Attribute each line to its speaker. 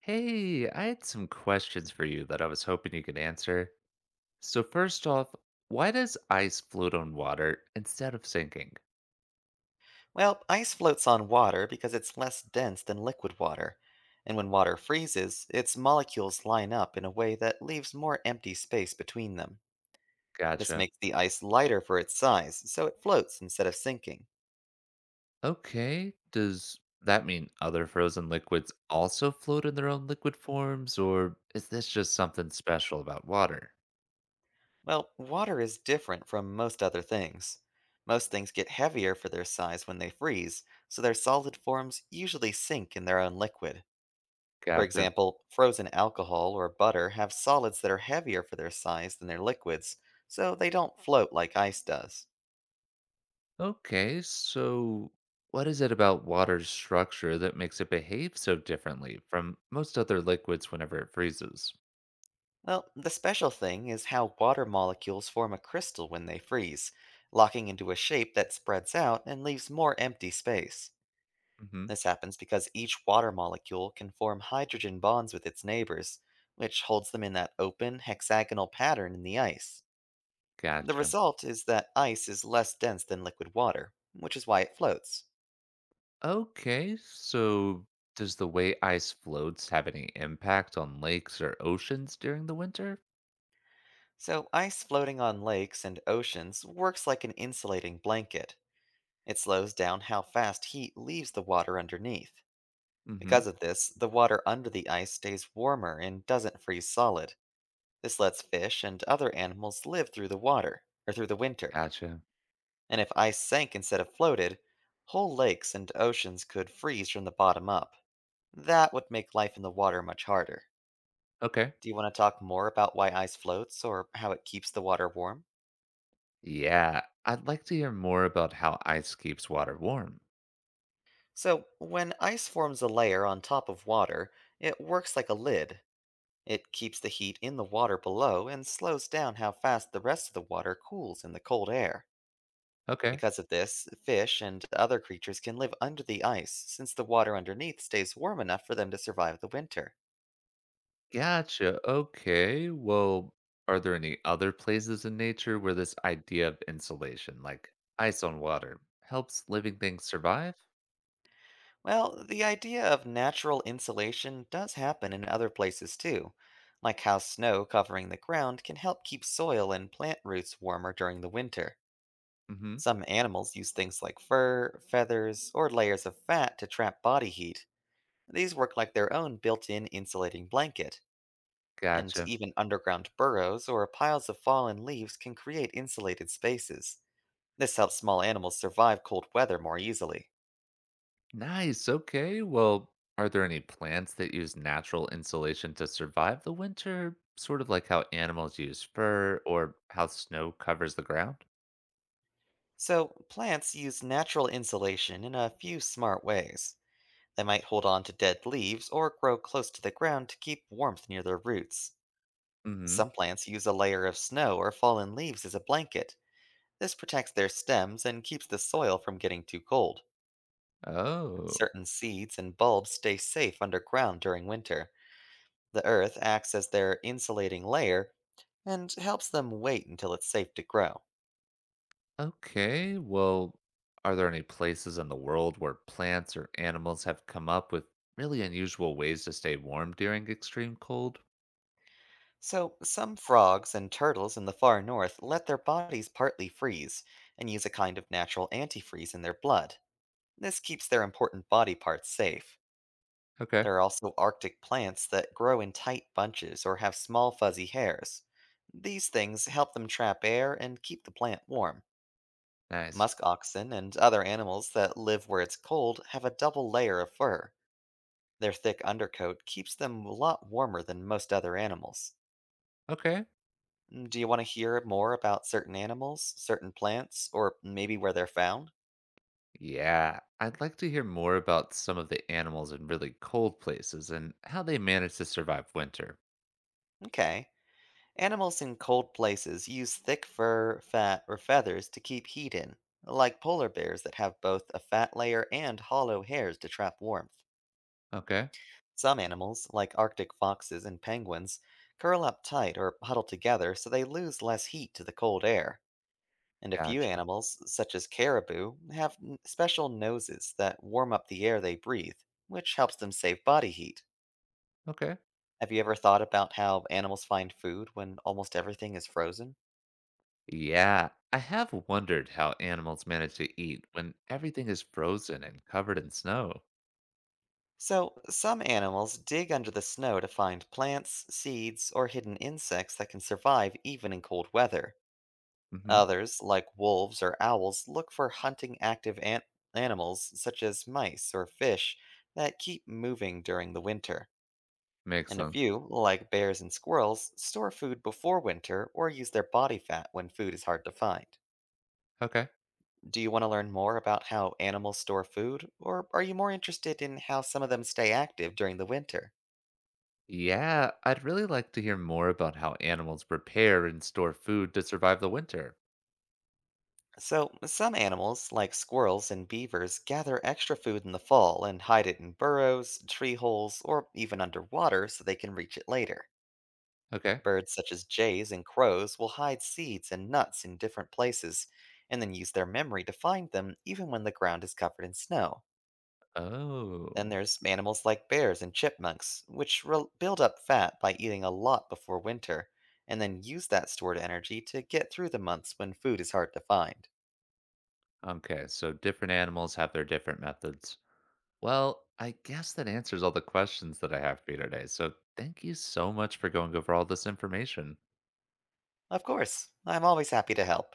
Speaker 1: Hey, I had some questions for you that I was hoping you could answer. So, first off, why does ice float on water instead of sinking?
Speaker 2: Well, ice floats on water because it's less dense than liquid water. And when water freezes, its molecules line up in a way that leaves more empty space between them. This
Speaker 1: Gotcha.
Speaker 2: makes the ice lighter for its size, so it floats instead of sinking.
Speaker 1: Okay, does that mean other frozen liquids also float in their own liquid forms, or is this just something special about water?
Speaker 2: Well, water is different from most other things. Most things get heavier for their size when they freeze, so their solid forms usually sink in their own liquid. For
Speaker 1: Gotcha.
Speaker 2: example, frozen alcohol or butter have solids that are heavier for their size than their liquids, so they don't float like ice does.
Speaker 1: Okay, so what is it about water's structure that makes it behave so differently from most other liquids whenever it freezes?
Speaker 2: Well, the special thing is how water molecules form a crystal when they freeze, locking into a shape that spreads out and leaves more empty space.
Speaker 1: Mm hmm.
Speaker 2: This happens because each water molecule can form hydrogen bonds with its neighbors, which holds them in that open, hexagonal pattern in the ice. The
Speaker 1: Gotcha.
Speaker 2: result is that ice is less dense than liquid water, which is why it floats.
Speaker 1: Okay, so does the way ice floats have any impact on lakes or oceans during the winter?
Speaker 2: So, ice floating on lakes and oceans works like an insulating blanket. It slows down how fast heat leaves the water underneath. Because
Speaker 1: Mm-hmm.
Speaker 2: of this, the water under the ice stays warmer and doesn't freeze solid. This lets fish and other animals live through the water, or through the winter.
Speaker 1: Gotcha.
Speaker 2: And if ice sank instead of floated, whole lakes and oceans could freeze from the bottom up. That would make life in the water much harder.
Speaker 1: Okay.
Speaker 2: Do you want to talk more about why ice floats or how it keeps the water warm?
Speaker 1: Yeah, I'd like to hear more about how ice keeps water warm.
Speaker 2: So, when ice forms a layer on top of water, it works like a lid. It keeps the heat in the water below and slows down how fast the rest of the water cools in the cold air.
Speaker 1: Okay.
Speaker 2: Because of this, fish and other creatures can live under the ice since the water underneath stays warm enough for them to survive the winter.
Speaker 1: Gotcha. Okay. Well, are there any other places in nature where this idea of insulation, like ice on water, helps living things survive?
Speaker 2: Well, the idea of natural insulation does happen in other places too, like how snow covering the ground can help keep soil and plant roots warmer during the winter.
Speaker 1: Mm-hmm.
Speaker 2: Some animals use things like fur, feathers, or layers of fat to trap body heat. These work like their own built in insulating blanket, and
Speaker 1: Gotcha.
Speaker 2: even underground burrows or piles of fallen leaves can create insulated spaces. This helps small animals survive cold weather more easily.
Speaker 1: Nice. Okay. Well, are there any plants that use natural insulation to survive the winter, sort of like how animals use fur or how snow covers the ground?
Speaker 2: So, plants use natural insulation in a few smart ways. They might hold on to dead leaves or grow close to the ground to keep warmth near their roots.
Speaker 1: Hmm.
Speaker 2: Some plants use a layer of snow or fallen leaves as a blanket. This protects their stems and keeps the soil from getting too cold.
Speaker 1: Oh,
Speaker 2: Certain seeds and bulbs stay safe underground during winter. The earth acts as their insulating layer and helps them wait until it's safe to grow.
Speaker 1: okay. Well, are there any places in the world where plants or animals have come up with really unusual ways to stay warm during extreme cold?
Speaker 2: So, some frogs and turtles in the far north let their bodies partly freeze and use a kind of natural antifreeze in their blood. This keeps their important body parts safe.
Speaker 1: Okay.
Speaker 2: There are also Arctic plants that grow in tight bunches or have small fuzzy hairs. These things help them trap air and keep the plant warm.
Speaker 1: Nice.
Speaker 2: Musk oxen and other animals that live where it's cold have a double layer of fur. Their thick undercoat keeps them a lot warmer than most other animals.
Speaker 1: Okay.
Speaker 2: Do you want to hear more about certain animals, certain plants, or maybe where they're found?
Speaker 1: Yeah, I'd like to hear more about some of the animals in really cold places and how they manage to survive winter.
Speaker 2: Okay. Animals in cold places use thick fur, fat, or feathers to keep heat in, like polar bears that have both a fat layer and hollow hairs to trap warmth.
Speaker 1: Okay.
Speaker 2: Some animals, like Arctic foxes and penguins, curl up tight or huddle together so they lose less heat to the cold air. And a few
Speaker 1: Gotcha.
Speaker 2: animals, such as caribou, special noses that warm up the air they breathe, which helps them save body heat.
Speaker 1: Okay.
Speaker 2: Have you ever thought about how animals find food when almost everything is frozen?
Speaker 1: Yeah. I have wondered how animals manage to eat when everything is frozen and covered in snow.
Speaker 2: So, some animals dig under the snow to find plants, seeds, or hidden insects that can survive even in cold weather.
Speaker 1: Hmm.
Speaker 2: Others, like wolves or owls, look for animals such as mice or fish that keep moving during the winter.
Speaker 1: Makes
Speaker 2: And a
Speaker 1: sense.
Speaker 2: few, like bears and squirrels, store food before winter or use their body fat when food is hard to find.
Speaker 1: Okay.
Speaker 2: Do you want to learn more about how animals store food, or are you more interested in how some of them stay active during the winter?
Speaker 1: Yeah, I'd really like to hear more about how animals prepare and store food to survive the winter.
Speaker 2: So, some animals, like squirrels and beavers, gather extra food in the fall and hide it in burrows, tree holes, or even underwater so they can reach it later.
Speaker 1: Okay.
Speaker 2: Birds such as jays and crows will hide seeds and nuts in different places and then use their memory to find them even when the ground is covered in snow. Then
Speaker 1: Oh.
Speaker 2: there's animals like bears and chipmunks, which build up fat by eating a lot before winter and then use that stored energy to get through the months when food is hard to find.
Speaker 1: Okay, so different animals have their different methods. Well, I guess that answers all the questions that I have for you today. So thank you so much for going over all this information.
Speaker 2: Of course. I'm always happy to help.